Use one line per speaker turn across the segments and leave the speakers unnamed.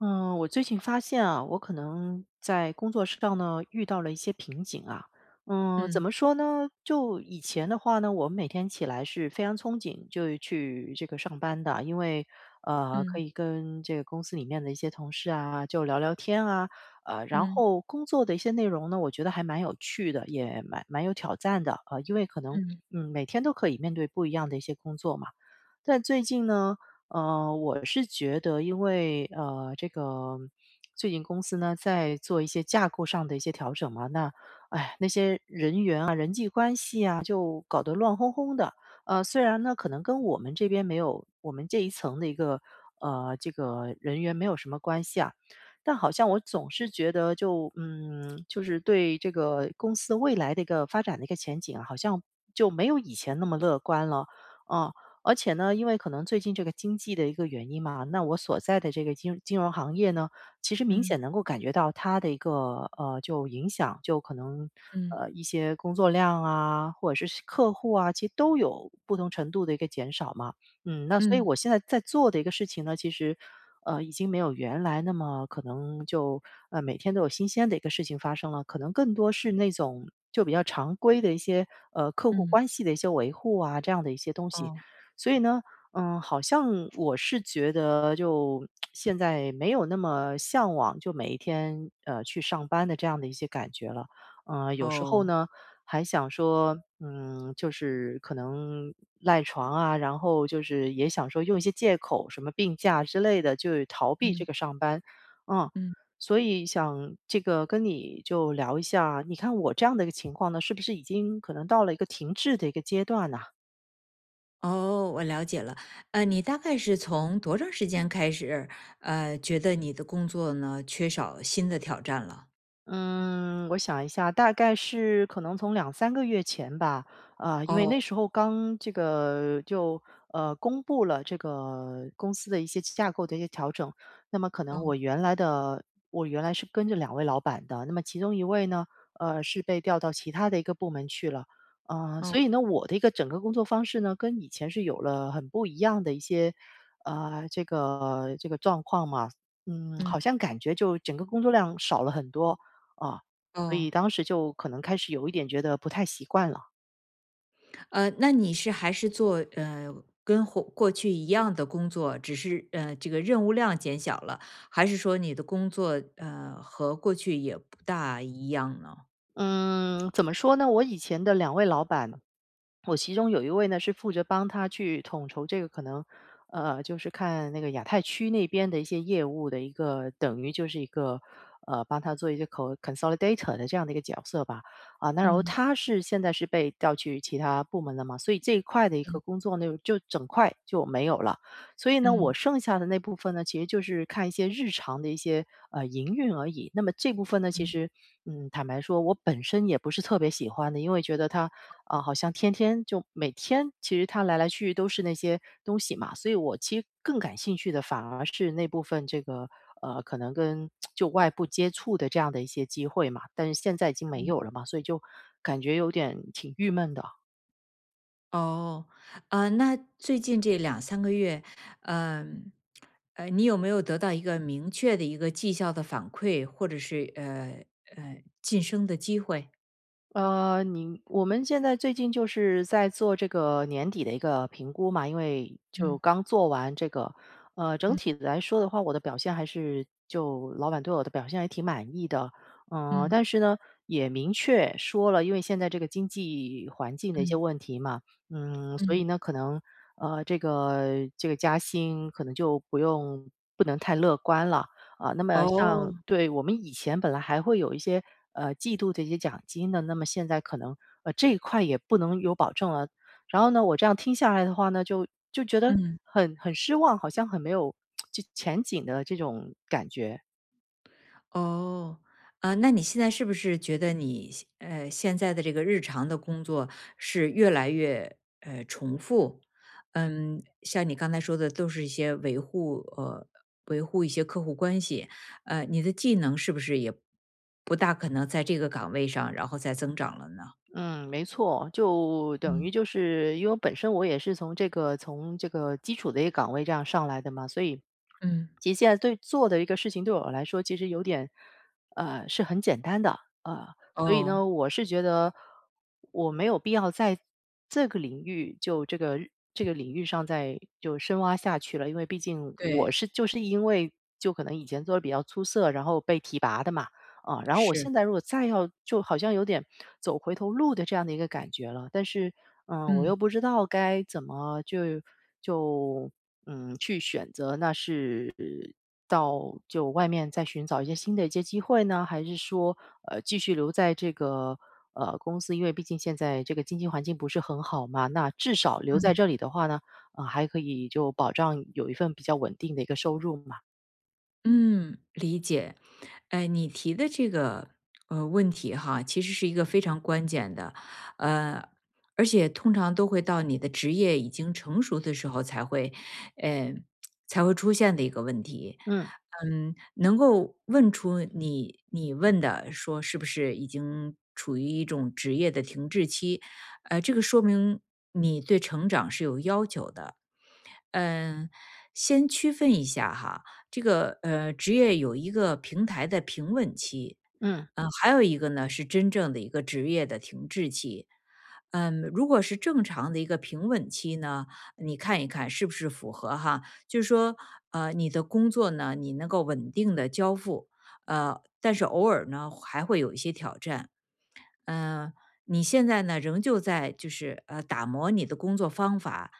嗯，我最近发现啊，我可能在工作上呢遇到了一些瓶颈啊。怎
嗯
么说呢？就以前的话呢，我每天起来是非常憧憬就去这个上班的，因为可
嗯
以跟这个公司里面的一些同事啊就聊聊天啊，然
嗯
后工作的一些内容呢，我觉得还蛮有趣的，也蛮有挑战的啊，因为可能
嗯
每天都可以面对不一样的一些工作嘛。但最近呢，我是觉得因为，这个最近公司呢在做一些架构上的一些调整嘛，那，哎，那些虽然呢可能跟我们这边没有我们这一层的一个这个人员没有什么关系啊，但好像我总是觉得就就是对这个公司未来的一个发展的一个前景啊，好像就没有以前那么乐观了，啊。而且呢，因为可能最近这个经济的一个原因嘛，那我所在的这个金融行业呢，其实明
嗯
显能够感觉到它的一个就影响，就可能
嗯
一些工作量啊，或者是客户啊，其实都有不同程度的一个减少嘛。嗯，那所以
嗯
我现在在做的一个事情呢，其实已经没有原来那么可能就每天都有新鲜的一个事情发生了，可能更多是那种就比较常规的一些客户
嗯，
关系的一些维护啊这样的一些东西。
哦，
所以呢，好像我是觉得就现在没有那么向往，就每一天去上班的这样的一些感觉了。有时候
哦。
呢还想说，就是可能赖床啊，然后就是也想说用一些借口，什么病假之类的，就逃避这
嗯
个上班。嗯，
嗯，
所以想这个跟你就聊一下，你看我这样的一个情况呢，是不是已经可能到了一个停滞的一个阶段呢？
哦，我了解了。你大概是从多长时间开始，觉得你的工作呢缺少新的挑战了？
嗯，我想一下，大概是可能从两三个月前吧，啊，因为那
哦
时候刚这个就，公布了这个公司的一些架构的一些调整。那么可
哦
能我原来是跟着两位老板的，那么其中一位呢，是被调到其他的一个部门去了。所
哦，
以呢，我的一个整个工作方式呢，跟以前是有了很不一样的一些，这个状况嘛。嗯，
嗯
好像感觉就整个工作量少了很多，啊，所
哦，
以当时就可能开始有一点觉得不太习惯了。
那你是还是做跟过去一样的工作，只是这个任务量减小了，还是说你的工作和过去也不大一样呢？
嗯，怎么说呢？我以前的两位老板，我其中有一位呢，是负责帮他去统筹这个可能，就是看那个亚太区那边的一些业务的一个等于就是一个，帮他做一些 co consolidator 的这样的一个角色吧。啊，那然后
嗯
他是现在是被调去其他部门了嘛，所以这一块的一个工
嗯
作呢就整块就没有了。所以呢，我
嗯
剩下的那部分呢，其实就是看一些日常的一些营运而已。那么这部分呢，其
嗯。
实嗯，坦白说，我本身也不是特别喜欢的，因为觉得它啊、好像天天就每天，其实它来来去去都是那些东西嘛。所以我其实更感兴趣的反而是那部分这个可能跟就外部接触的这样的一些机会嘛。但是现在已经没有了嘛，所以就感觉有点挺郁闷的啊。
哦，啊，那最近这两三个月，嗯，你有没有得到一个明确的一个绩效的反馈，或者是，晋升的机会？
我们现在最近就是在做这个年底的一个评估嘛，因为就
嗯，
刚做完这个，整
嗯，
体来说的话，我的表现还是就老板对我的表现还挺满意的，嗯、
嗯，
但是呢，也明确说了，因为现在这个经济环境的一些
嗯，
问题嘛，嗯，所
嗯。
以呢，可能这个加薪可能就不用不能太乐观了。啊，那么像
哦。
对，我们以前本来还会有一些，季度的一些奖金的，那么现在可能，这一块也不能有保证了。然后呢，我这样听下来的话呢，就觉得
嗯。
很失望，好像很没有就前景的这种感觉。
哦，啊，那你现在是不是觉得你现在的这个日常的工作是越来越重复？嗯，像你刚才说的，都是一些维护一些客户关系，你的技能是不是也不大可能在这个岗位上然后再增长了呢？
嗯，没错，就等
嗯。
于就是因为本身我也是从这个基础的一个岗位这样上来的嘛，所以
嗯，
其实现在对做的一个事情对我来说，其实有点是很简单的，所以
哦，
呢，我是觉得我没有必要在这个领域就这个这个领域上再就深挖下去了，因为毕竟我
对，
是就是因为就可能以前做的比较出色，然后被提拔的嘛，啊，然后我
是，
现在如果再要就好像有点走回头路的这样的一个感觉了，但是，嗯，我
嗯
又不知道该怎么就就去选择，那是到就外面再寻找一些新的一些机会呢，还是说继续留在这个公司？因为毕竟现在这个经济环境不是很好嘛，那至少留在
嗯。
这里的话呢，啊、还可以就保障有一份比较稳定的一个收入嘛。
嗯，理解。哎，你提的这个问题哈，其实是一个非常关键的，呃，而且通常都会到你的职业已经成熟的时候呃，才会出现的一个问题。
嗯
嗯，能够问出你问的说是不是已经处于一种职业的停滞期，这个说明你对成长是有要求的。嗯，先区分一下哈，这个职业有一个平台的平稳期，
嗯
还有一个呢是真正的一个职业的停滞期。嗯，如果是正常的一个平稳期呢，你看一看是不是符合哈？就是说，你的工作呢，你能够稳定的交付，但是偶尔呢还会有一些挑战。嗯，你现在呢仍旧在就是打磨你的工作方法，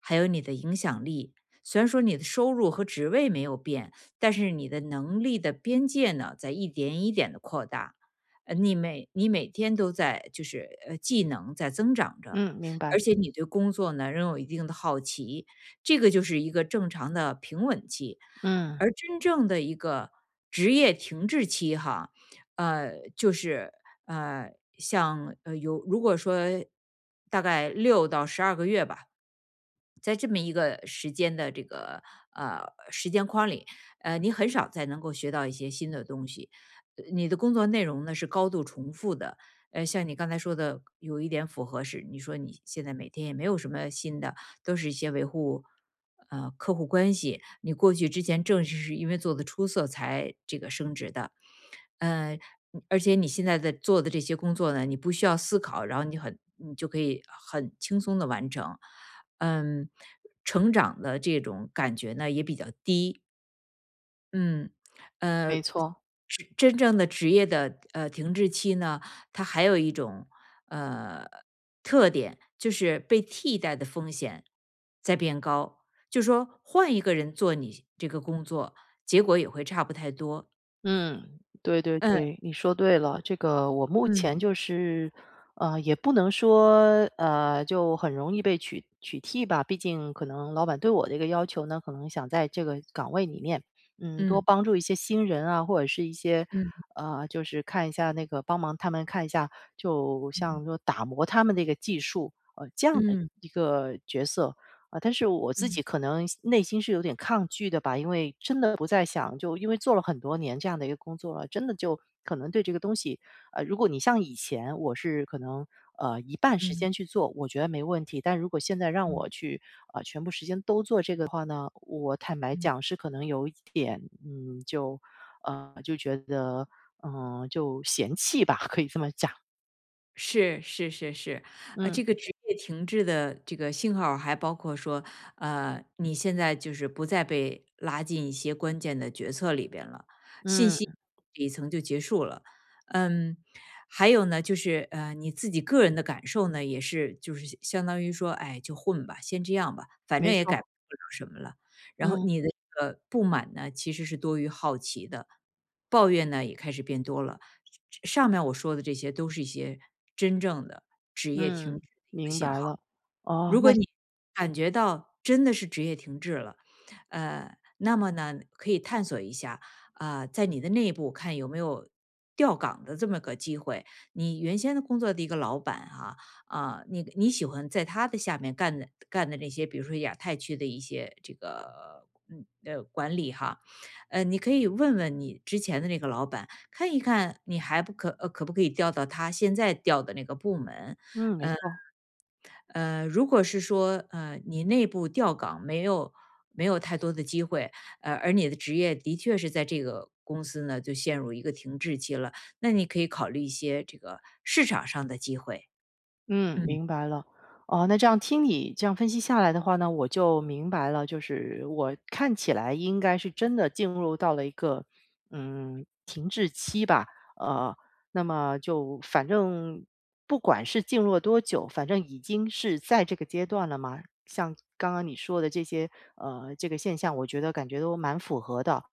还有你的影响力。虽然说你的收入和职位没有变，但是你的能力的边界呢在一点一点的扩大。你每天都在就是技能在增长着，
嗯，明白。
而且你对工作呢仍有一定的好奇，这个就是一个正常的平稳期。
嗯，
而真正的一个职业停滞期哈，就是呃，如果说大概六到十二个月吧，在这么一个时间的这个呃时间框里，你很少再能够学到一些新的东西。你的工作内容呢是高度重复的，像你刚才说的，有一点符合是，你说你现在每天也没有什么新的，都是一些维护客户关系。你过去之前正是因为做的出色才这个升职的，呃，嗯而且你现在的做的这些工作呢，你不需要思考，然后你就可以很轻松的完成。嗯，成长的这种感觉呢也比较低。嗯，呃，
没错。
真正的职业的停滞期呢，它还有一种呃特点，就是被替代的风险在变高。就说换一个人做你这个工作，结果也会差不太多。
嗯，对对
嗯
对，你说对了。这个我目前
嗯
就是，也不能说就很容易被取替吧，毕竟可能老板对我的一个要求呢，可能想在这个岗位里面，嗯，多
嗯
帮助一些新人啊，或者是一些
嗯
就是看一下那个帮忙他们看一下，就像
嗯
说打磨他们的一个技术，这样的
嗯
一个角色。啊，但是我自
嗯
己可能内心是有点抗拒的吧，因为真的不再想，就因为做了很多年这样的一个工作了，真的就可能对这个东西，如果像以前我是可能一半时
嗯
间去做，我觉得没问题，但如果现在让
嗯
我
嗯。
去全部时间都做这个的话呢，我坦白讲是可能有一点，就觉得嗯、就嫌弃吧，可以这么讲，
是是是是，
嗯
这个职业停滞的这个信号儿还包括说，你现在就是不再被拉进一些关键的决策里边了，信
嗯，
息这一层就结束了。嗯，还有呢，就是你自己个人的感受呢，也是就是相当于说，哎，就混吧，先这样吧，反
没
正也改不
错，
了什么了。然后
嗯
你的这个不满呢，其实是多于好奇的，抱怨呢也开始变多了。上面我说的这些都是一些真正的职业
嗯，
停滞。
明白了。哦，
如果
那
你感觉到真的是职业停滞了，那么呢，可以探索一下啊、在你的内部看有没有调岗的这么个机会。你原先的工作的一个老板哈啊、你喜欢在他的下面干的那些，比如说亚太区的一些这个。管理哈，你可以问问你之前的那个老板，看一看你还不可呃可不可以调到他现在调的那个部门，
嗯，没错。
如果是说，你内部调岗没有太多的机会，而你的职业的确是在这个公司呢就陷入一个停滞期了，那你可以考虑一些这个市场上的机会。
嗯，
嗯
明白了。哦，那这样听你这样分析下来的话呢，我就明白了，就是我看起来应该是真的进入到了一个，嗯，停滞期吧。呃，那么就反正不管是进入了多久，反正已经是在这个阶段了嘛。像刚刚你说的这些，这个现象，我觉得感觉都蛮符合的。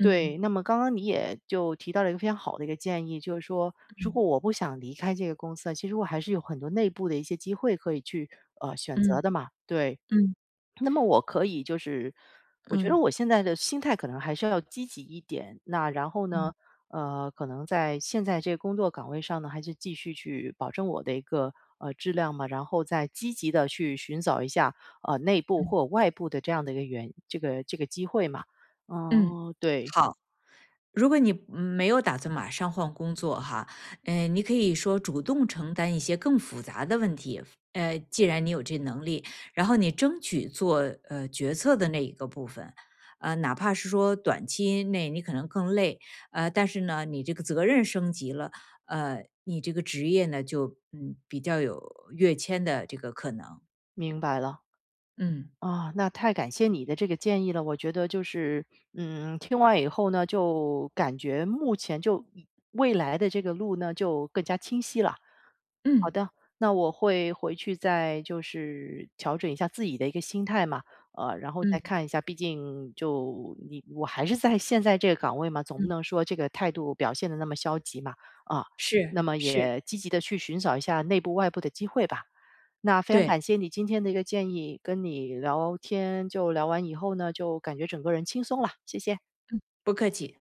对，那么刚刚你也就提到了一个非常好的一个建议，就是说，如果
嗯
我不想离开这个公司啊，其实我还是有很多内部的一些机会可以去选择
嗯
的嘛。对，
嗯
那么我可以就是，我觉得
嗯
我现在的心态可能还是要积极一点。那然后
嗯
呢，可能在现在这个工作岗位上呢，还是继续去保证我的一个质量嘛，然后再积极的去寻找一下内部
嗯。
或外部的这样的一个原这个这个机会嘛。
嗯
嗯，对。
好。如果你没有打算马上换工作哈，你可以说主动承担一些更复杂的问题。既然你有这能力，然后你争取做决策的那一个部分，哪怕是说短期内你可能更累，但是呢，你这个责任升级了，你这个职业呢就比较有跃迁的这个可能。
明白了，
嗯
啊，那太感谢你的这个建议了。我觉得就是，嗯，听完以后呢，就感觉目前就以未来的这个路呢，就更加清晰了。好
嗯
的，那我会回去再就是调整一下自己的一个心态嘛，然后再
嗯
看一下，毕竟我还是在现在这个岗位嘛，总不
嗯，
能说这个态度表现的那么消极嘛，啊，
是
那么
是，
也积极的去寻找一下内部外部的机会吧。那非常
对，
感谢你今天的一个建议，跟你聊天就聊完以后呢，就感觉整个人轻松了，谢谢。
不客气。